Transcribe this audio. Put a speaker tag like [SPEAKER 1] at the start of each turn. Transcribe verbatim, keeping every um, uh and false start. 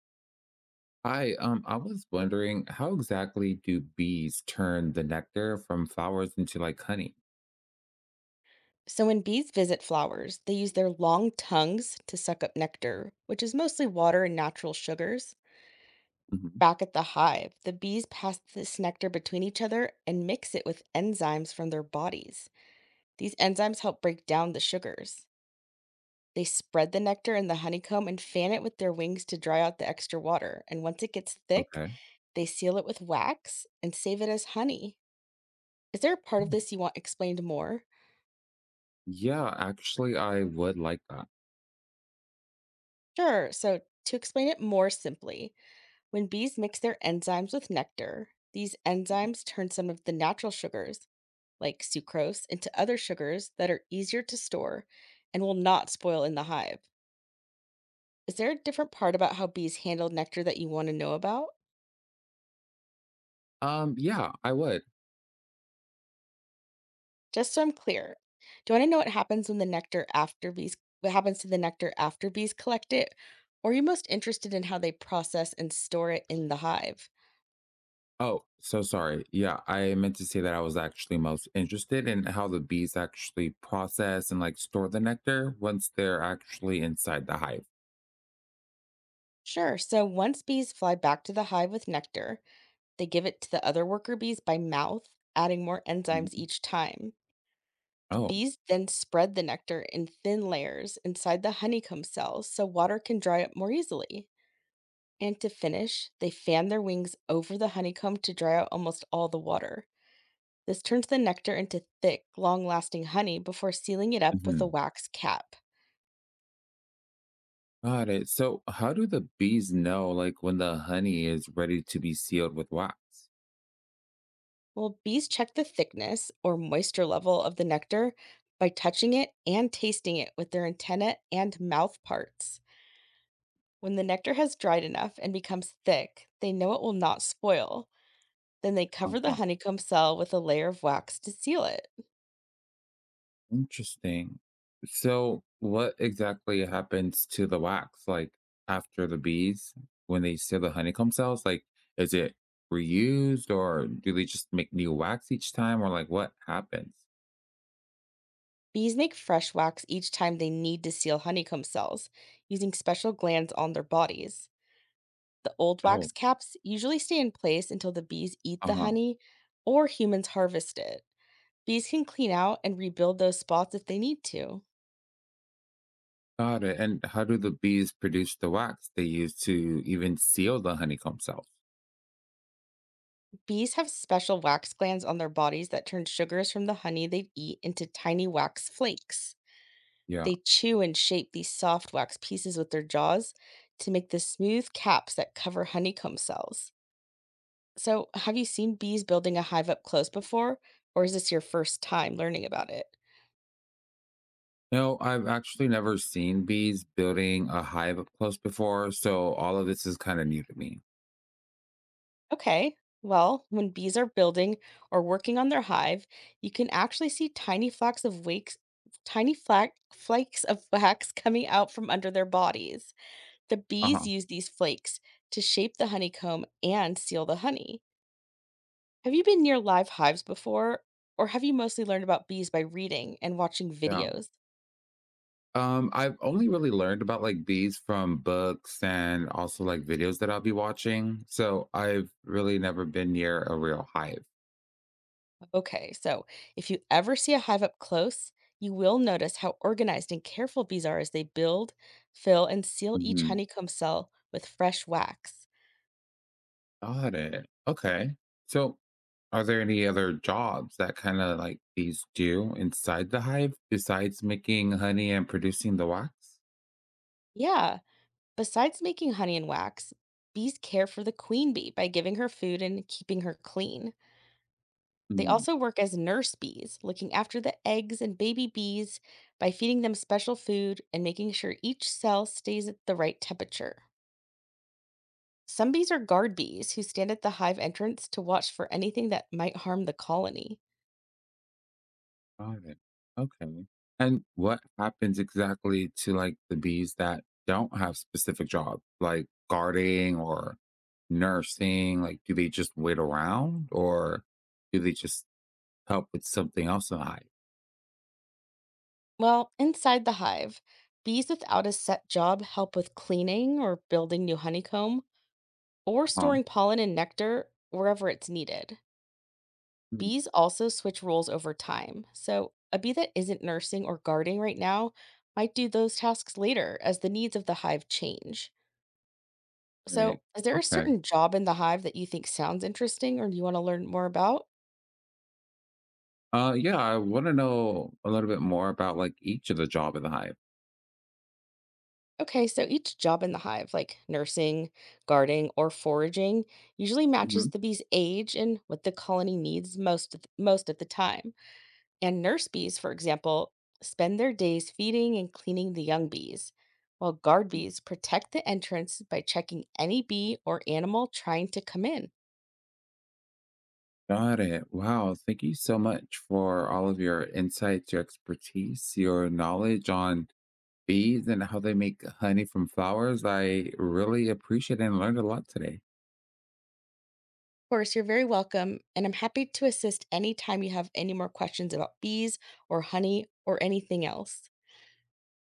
[SPEAKER 1] Hi, um, I was wondering how exactly do bees turn the nectar from flowers into like honey?
[SPEAKER 2] So, when bees visit flowers, they use their long tongues to suck up nectar, which is mostly water and natural sugars.
[SPEAKER 1] Hmm.
[SPEAKER 2] Back at the hive, the bees pass this nectar between each other and mix it with enzymes from their bodies. These enzymes help break down the sugars. They spread the nectar in the honeycomb and fan it with their wings to dry out the extra water. And once it gets thick,
[SPEAKER 1] Okay.
[SPEAKER 2] they seal it with wax and save it as honey. Is there a part of
[SPEAKER 1] Oh,
[SPEAKER 2] this you want explained more?
[SPEAKER 1] yeah, actually, I would like that.
[SPEAKER 2] Sure. So, to explain it more simply, when bees mix their enzymes with nectar, these enzymes turn some of the natural sugars, like sucrose, into other sugars that are easier to store and will not spoil in the hive. Is there a different part about how bees handle nectar that you want to know about?
[SPEAKER 1] Um, yeah, I would.
[SPEAKER 2] Just so I'm clear, do you want to know what happens when the nectar after bees what happens to the nectar after bees collect it? Or are you most interested in how they process and store it in the hive?
[SPEAKER 1] Oh, so sorry. Yeah, I meant to say that I was actually most interested in how the bees actually process and like store the nectar once they're actually inside the hive.
[SPEAKER 2] Sure. So once bees fly back to the hive with nectar, they give it to the other worker bees by mouth, adding more enzymes
[SPEAKER 1] Hmm.
[SPEAKER 2] each time. The
[SPEAKER 1] Oh.
[SPEAKER 2] bees then spread the nectar in thin layers inside the honeycomb cells so water can dry up more easily. And to finish, they fan their wings over the honeycomb to dry out almost all the water. This turns the nectar into thick, long lasting honey before sealing it up with
[SPEAKER 1] Hmm.
[SPEAKER 2] a wax cap.
[SPEAKER 1] Got it. So, how do the bees know like when the honey is ready to be sealed with wax?
[SPEAKER 2] Well, bees check the thickness or moisture level of the nectar by touching it and tasting it with their antennae and mouth parts. When the nectar has dried enough and becomes thick, they know it will not spoil. Then they
[SPEAKER 1] Uh
[SPEAKER 2] cover the
[SPEAKER 1] huh.
[SPEAKER 2] honeycomb cell with a layer of wax to seal it.
[SPEAKER 1] Interesting. So, what exactly happens to the wax, like after the bees when they seal the honeycomb cells? Like, is it reused, or do they just make new wax each time, or like what happens?
[SPEAKER 2] Bees make fresh wax each time they need to seal honeycomb cells, using special glands on their bodies. The old wax
[SPEAKER 1] Oh,
[SPEAKER 2] caps usually stay in place until the bees eat
[SPEAKER 1] uh
[SPEAKER 2] the
[SPEAKER 1] huh.
[SPEAKER 2] honey or humans harvest it. Bees can clean out and rebuild those spots if they need to.
[SPEAKER 1] Got it. And how do the bees produce the wax they use to even seal the honeycomb cells?
[SPEAKER 2] Bees have special wax glands on their bodies that turn sugars from the honey they eat into tiny wax flakes.
[SPEAKER 1] Yeah.
[SPEAKER 2] They chew and shape these soft wax pieces with their jaws to make the smooth caps that cover honeycomb cells. So, have you seen bees building a hive up close before, or is this your first time learning about it?
[SPEAKER 1] No, I've actually never seen bees building a hive up close before. So, all of this is kind of new to me.
[SPEAKER 2] Okay. Well, when bees are building or working on their hive, you can actually see tiny flocks of wakes, tiny flak, flakes of wax coming out from under their bodies. The
[SPEAKER 1] Uh
[SPEAKER 2] bees
[SPEAKER 1] huh.
[SPEAKER 2] use these flakes to shape the honeycomb and seal the honey. Have you been near live hives before, or have you mostly learned about bees by reading and watching
[SPEAKER 1] Yeah.
[SPEAKER 2] videos?
[SPEAKER 1] Um, I've only really learned about like bees from books and also like videos that I'll be watching. So I've really never been near a real hive.
[SPEAKER 2] Okay, so if you ever see a hive up close, you will notice how organized and careful bees are as they build, fill, and seal each
[SPEAKER 1] Mhm.
[SPEAKER 2] honeycomb cell with fresh wax.
[SPEAKER 1] Got it. Okay. So, are there any other jobs that kind of like bees do inside the hive besides making honey and producing the wax?
[SPEAKER 2] Yeah, besides making honey and wax, bees care for the queen bee by giving her food and keeping her clean. They also work as nurse bees, looking after the eggs and baby bees by feeding them special food and making sure each cell stays at the right temperature. Some bees are guard bees who stand at the hive entrance to watch for anything that might harm the colony.
[SPEAKER 1] Got it. Okay. And what happens exactly to like the bees that don't have specific jobs, like guarding or nursing? Like, do they just wait around, or do they just help with something else in the hive?
[SPEAKER 2] Well, inside the hive, bees without a set job help with cleaning or building new honeycomb or
[SPEAKER 1] Huh?
[SPEAKER 2] storing pollen and nectar wherever it's needed.
[SPEAKER 1] Mm,
[SPEAKER 2] Bees also switch roles over time. So, a bee that isn't nursing or guarding right now might do those tasks later as the needs of the hive change.
[SPEAKER 1] right.
[SPEAKER 2] So, is there a
[SPEAKER 1] Okay.
[SPEAKER 2] certain job in the hive that you think sounds interesting or you want to learn more about?
[SPEAKER 1] Uh, yeah, I want to know a little bit more about like each of the job in the hive.
[SPEAKER 2] Okay, so each job in the hive, like nursing, guarding, or foraging, usually matches
[SPEAKER 1] Mhm.
[SPEAKER 2] the bee's age and what the colony needs most of most at the time. And nurse bees, for example, spend their days feeding and cleaning the young bees, while guard bees protect the entrance by checking any bee or animal trying to come in
[SPEAKER 1] Got it. Wow. Thank you so much for all of your insights, your expertise, your knowledge on bees and how they make honey from flowers. I really appreciate and learned a lot today.
[SPEAKER 2] course, you're very welcome, and I'm happy to assist anytime you have any more questions about bees or honey or anything else.